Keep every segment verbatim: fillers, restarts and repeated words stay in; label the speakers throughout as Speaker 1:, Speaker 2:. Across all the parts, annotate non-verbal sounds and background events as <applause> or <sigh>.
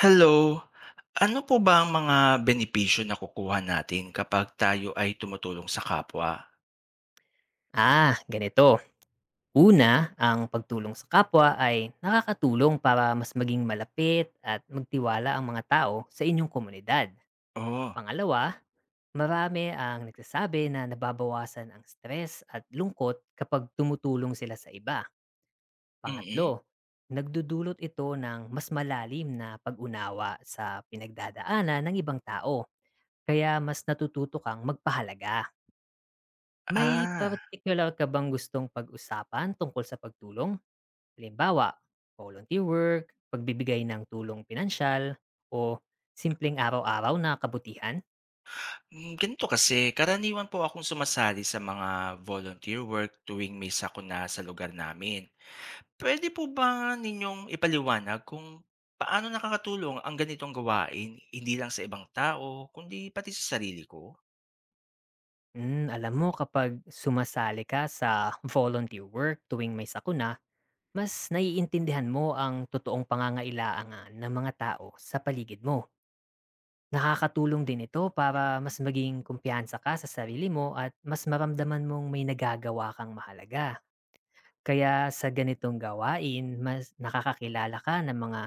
Speaker 1: Hello. Ano po ba ang mga benepisyo na kukuha natin kapag tayo ay tumutulong sa kapwa?
Speaker 2: Ah, ganito. Una, ang pagtulong sa kapwa ay nakakatulong para mas maging malapit at magtiwala ang mga tao sa inyong komunidad.
Speaker 1: Oh.
Speaker 2: Pangalawa, marami ang nagsasabi na nababawasan ang stress at lungkot kapag tumutulong sila sa iba.
Speaker 1: Mm.
Speaker 2: Pangatlo, nagdudulot ito ng mas malalim na pag-unawa sa pinagdadaanan ng ibang tao, kaya mas natututo kang magpahalaga. May
Speaker 1: Ah,
Speaker 2: particular ka bang gustong pag-usapan tungkol sa pagtulong? Halimbawa, volunteer work, pagbibigay ng tulong pinansyal, o simpleng araw-araw na kabutihan.
Speaker 1: hmm, Ganito kasi karaniwan po akong sumasali sa mga volunteer work tuwing may sakuna sa lugar namin. Pwede po ba ninyong ipaliwanag kung paano nakakatulong ang ganitong gawain hindi lang sa ibang tao kundi pati sa sarili ko?
Speaker 2: Mm, alam mo kapag sumasali ka sa <laughs> volunteer work tuwing may sakuna, mas naiintindihan mo ang totoong pangangailangan ng mga tao sa paligid mo. Nakakatulong din ito para mas maging kumpiyansa ka sa sarili mo at mas maramdaman mong may nagagawa kang mahalaga. Kaya sa ganitong gawain, mas nakakakilala ka ng mga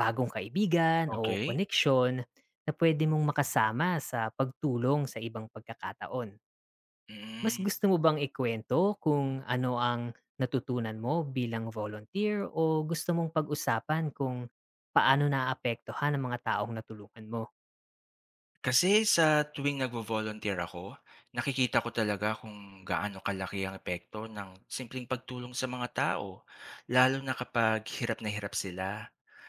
Speaker 2: bagong kaibigan o
Speaker 1: Okay.
Speaker 2: connection na pwede mong makasama sa pagtulong sa ibang pagkakataon. Mas
Speaker 1: Mm.
Speaker 2: gusto mo bang ikwento kung ano ang natutunan mo bilang volunteer o gusto mong pag-usapan kung paano naapektuhan ang mga taong natulungan mo?
Speaker 1: Kasi sa tuwing nagvo-volunteer ako, nakikita ko talaga kung gaano kalaki ang epekto ng simpleng pagtulong sa mga tao, lalo na kapag hirap na hirap sila.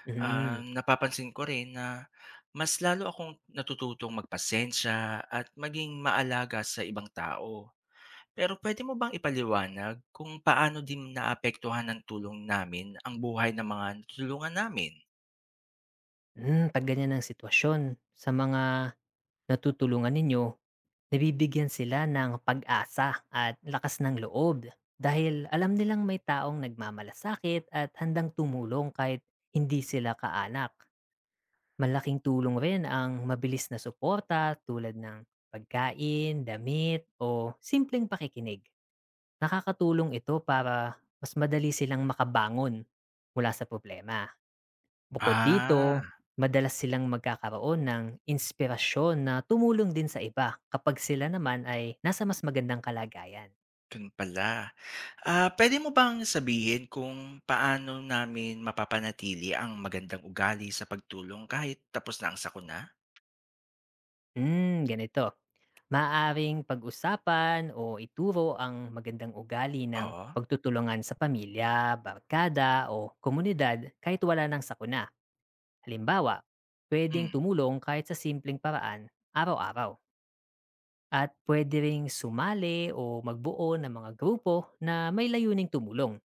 Speaker 2: Mm,
Speaker 1: Ah,
Speaker 2: mm.
Speaker 1: napapansin ko rin na mas lalo akong natututong magpasensya at maging maalaga sa ibang tao. Pero pwede mo bang ipaliwanag kung paano din naapektuhan ng tulong namin ang buhay ng mga tulungan namin?
Speaker 2: Hmm, 'pag ganyan ang sitwasyon, sa mga natutulungan ninyo, nabibigyan sila ng pag-asa at lakas ng loob dahil alam nilang may taong nagmamalasakit at handang tumulong kahit hindi sila kaanak. Malaking tulong rin ang mabilis na suporta tulad ng pagkain, damit, o simpleng pakikinig. Nakakatulong ito para mas madali silang makabangon mula sa problema. Bukod
Speaker 1: Ah.
Speaker 2: dito, madalas silang magkakaroon ng inspirasyon na tumulong din sa iba kapag sila naman ay nasa mas magandang kalagayan.
Speaker 1: Ganun pala. Ah, pwede mo bang sabihin kung paano namin mapapanatili ang magandang ugali sa pagtulong kahit tapos na ang sakuna?
Speaker 2: Hmm, ganito. Maaring pag-usapan o ituro ang magandang ugali ng
Speaker 1: Oo.
Speaker 2: pagtutulungan sa pamilya, barkada o komunidad kahit wala ng sakuna. Halimbawa, pwedeng
Speaker 1: Hmm.
Speaker 2: tumulong kahit sa simpleng paraan araw-araw. At pwede ring sumali o magbuo ng mga grupo na may layuning tumulong.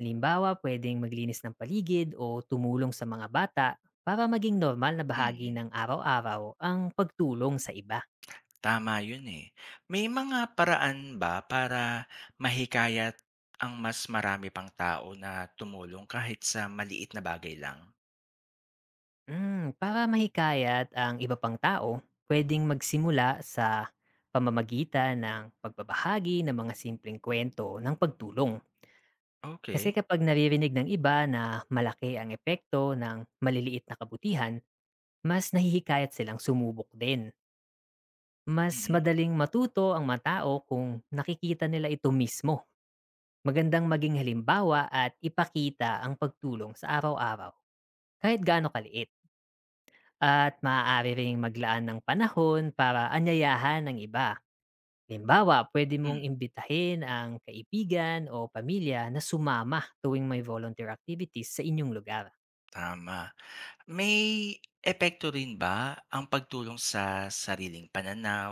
Speaker 2: Halimbawa, pwedeng maglinis ng paligid o tumulong sa mga bata para maging normal na
Speaker 1: Mm.
Speaker 2: bahagi
Speaker 1: Mm.
Speaker 2: ng araw-araw ang pagtulong sa iba.
Speaker 1: Tama yun, eh. May mga paraan ba para mahikayat ang mas marami pang tao na tumulong kahit sa maliit na bagay lang?
Speaker 2: Mm, para mahikayat ang iba pang tao, pwedeng magsimula sa pamamagitan ng pagbabahagi ng mga simpleng kwento ng pagtulong. Kasi
Speaker 1: Okey.
Speaker 2: kapag naririnig ng iba na malaki ang epekto ng maliliit na kabutihan, mas nahihikayat silang sumubok din. Mas
Speaker 1: Mm.
Speaker 2: madaling matuto ang mga tao kung nakikita nila ito mismo. Magandang maging halimbawa at ipakita ang pagtulong sa araw-araw, kahit gaano kaliit. At maaari ring maglaan ng panahon para anyayahan ng iba. Halimbawa, pwede
Speaker 1: Hmm,
Speaker 2: mong imbitahin ang kaibigan o pamilya na sumama tuwing may volunteer activities sa inyong lugar.
Speaker 1: tama. May epekto rin ba ang pagtulong sa sariling pananaw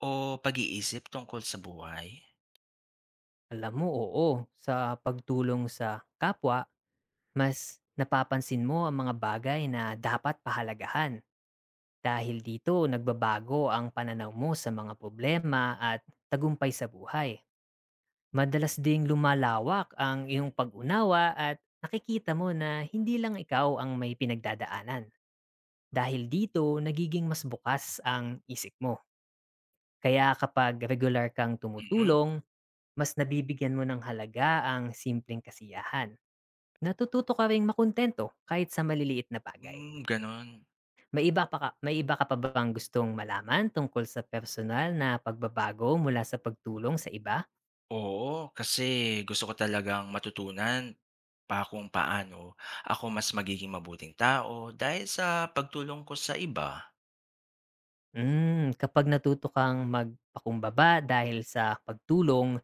Speaker 1: o pag-iisip tungkol sa buhay?
Speaker 2: Alam mo, oo, sa pagtulong sa kapwa, mas napapansin mo ang mga bagay na dapat pahalagahan. Dahil dito, nagbabago ang pananaw mo sa mga problema at tagumpay sa buhay. Madalas ding lumalawak ang iyong pag-unawa at nakikita mo na hindi lang ikaw ang may pinagdadaanan. Dahil dito, nagiging mas bukas ang isip mo. Kaya kapag regular kang
Speaker 1: Mm,
Speaker 2: tumutulong, mas nabibigyan mo ng halaga ang simpleng kasiyahan. Natututo ka ring makontento kahit sa maliliit na bagay.
Speaker 1: hmm, gano'n.
Speaker 2: May iba pa ka may iba ka pa bang gustong malaman tungkol sa personal na pagbabago mula sa pagtulong sa iba?
Speaker 1: Oo, kasi gusto ko talagang matutunan pa kung paano ako mas magiging mabuting tao dahil sa pagtulong ko sa iba.
Speaker 2: Hmm, kapag natuto kang magpakumbaba dahil sa pagtulong,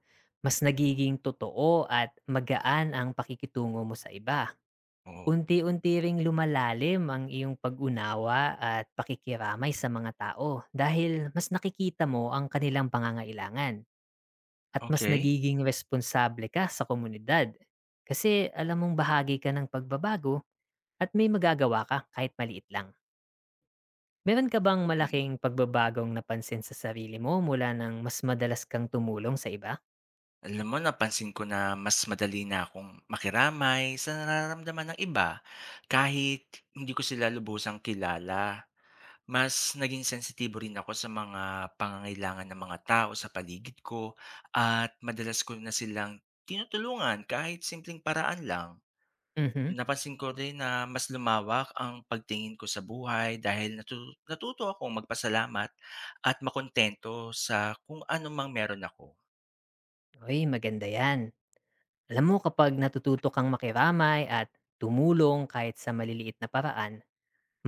Speaker 2: mas nagiging totoo at magaan ang pakikitungo mo sa iba.
Speaker 1: Oo.
Speaker 2: Unti-unti ring lumalalim ang iyong pag-unawa at pakikiramay sa mga tao dahil mas nakikita mo ang kanilang pangangailangan. At mas
Speaker 1: Okay.
Speaker 2: nagiging responsable ka sa komunidad kasi alam mong bahagi ka ng pagbabago at may magagawa ka kahit maliit lang. Meron ka bang
Speaker 1: Mm.
Speaker 2: malaking pagbabagong napansin sa sarili mo mula nang mas madalas kang tumulong sa iba?
Speaker 1: Alam mo, napansin ko na mas madali na akong makiramay sa nararamdaman ng iba kahit hindi ko sila lubusang kilala. Mas naging sensitibo rin ako sa mga pangangailangan ng mga tao sa paligid ko at madalas ko na silang tinutulungan kahit simpleng paraan lang.
Speaker 2: Mhm.
Speaker 1: Napansin ko rin na mas lumawak ang pagtingin ko sa buhay dahil natu- natuto akong magpasalamat at makontento sa kung ano mang meron ako.
Speaker 2: Uy, maganda yan. Alam mo kapag natututo kang makiramay at tumulong kahit sa maliliit na paraan,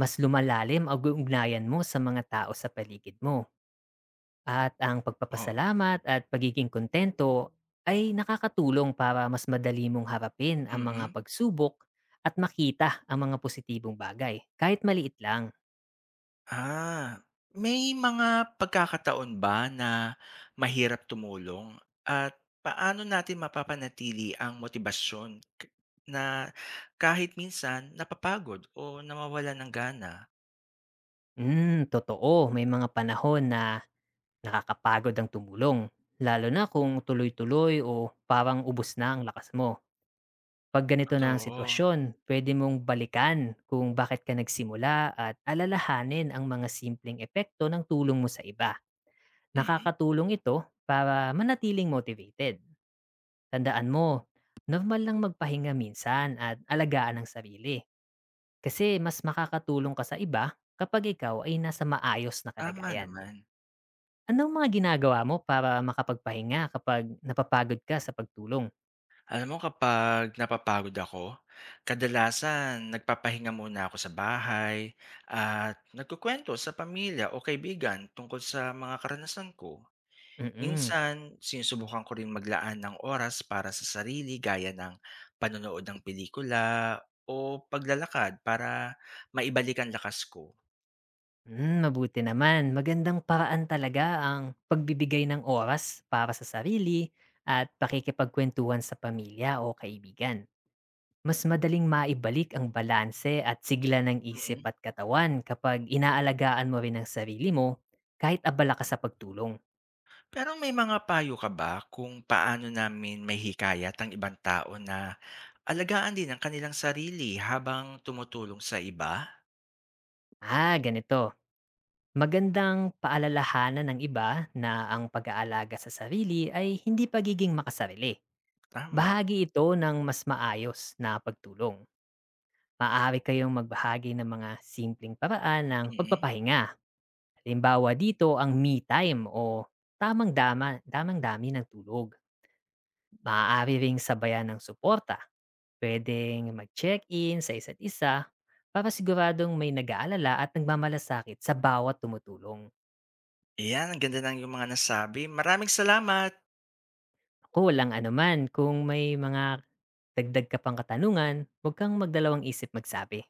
Speaker 2: mas lumalalim ang ugnayan mo sa mga tao sa paligid mo. At ang
Speaker 1: Oo.
Speaker 2: pagpapasalamat at pagiging kontento ay nakakatulong para mas madali mong harapin
Speaker 1: Mm,
Speaker 2: ang mga
Speaker 1: mm.
Speaker 2: pagsubok at makita ang mga positibong bagay, kahit maliit lang.
Speaker 1: Ah, May mga pagkakataon ba na mahirap tumulong at paano natin mapapanatili ang motibasyon k- na kahit minsan napapagod o nawawalan ng gana?
Speaker 2: Hmm, totoo, may mga panahon na nakakapagod ang tumulong, lalo na kung tuloy-tuloy o parang ubos na ang lakas mo. Pag ganito na ang
Speaker 1: Totoo.
Speaker 2: sitwasyon, pwede mong balikan kung bakit ka nagsimula at alalahanin ang mga simpleng epekto ng tulong mo sa iba.
Speaker 1: Mm,
Speaker 2: Nakakatulong ito para manatiling motivated. Tandaan mo, normal lang magpahinga minsan at alagaan ang sarili. Kasi mas makakatulong ka sa iba kapag ikaw ay nasa maayos na
Speaker 1: tama
Speaker 2: kalagayan.
Speaker 1: naman.
Speaker 2: Anong mga ginagawa mo para makapagpahinga kapag napapagod ka sa pagtulong?
Speaker 1: Alam mo, kapag napapagod ako, kadalasan nagpapahinga muna ako sa bahay at nagkukwento sa pamilya o kaibigan tungkol sa mga karanasan ko.
Speaker 2: Mm-mm.
Speaker 1: Minsan, sinusubukan ko rin maglaan ng oras para sa sarili gaya ng panonood ng pelikula o paglalakad para maibalik ang lakas ko.
Speaker 2: Mm, mabuti naman. Magandang paraan talaga ang pagbibigay ng oras para sa sarili at pakikipagkwentuhan sa pamilya o kaibigan. Mas madaling maibalik ang balanse at sigla ng isip
Speaker 1: Mm.
Speaker 2: at katawan kapag inaalagaan mo rin ang sarili mo kahit abala ka sa pagtulong.
Speaker 1: Pero may mga payo ka ba kung paano namin mahihikayat ang ibang tao na alagaan din ang kanilang sarili habang tumutulong sa iba?
Speaker 2: Ah, ganito. Magandang paalalahanan ng iba na ang pag-aalaga sa sarili ay hindi pagiging makasarili.
Speaker 1: Tama.
Speaker 2: Bahagi ito ng mas maayos na pagtulong. Maaari kayong magbahagi ng mga simpleng paraan ng
Speaker 1: Mm.
Speaker 2: pagpapahinga. Halimbawa dito ang me time o tamang dama, damang dami ng tulog. Maaari ring sabayan ng suporta. Pwedeng mag-check-in sa isa't isa para siguradong may nag-aalala at nagmamalasakit sa bawat tumutulong.
Speaker 1: Ayan, ang ganda ng iyong mga nasabi. Maraming salamat.
Speaker 2: Ako walang anuman. Kung may mga dagdag ka pang katanungan, huwag kang magdalawang isip magsabi.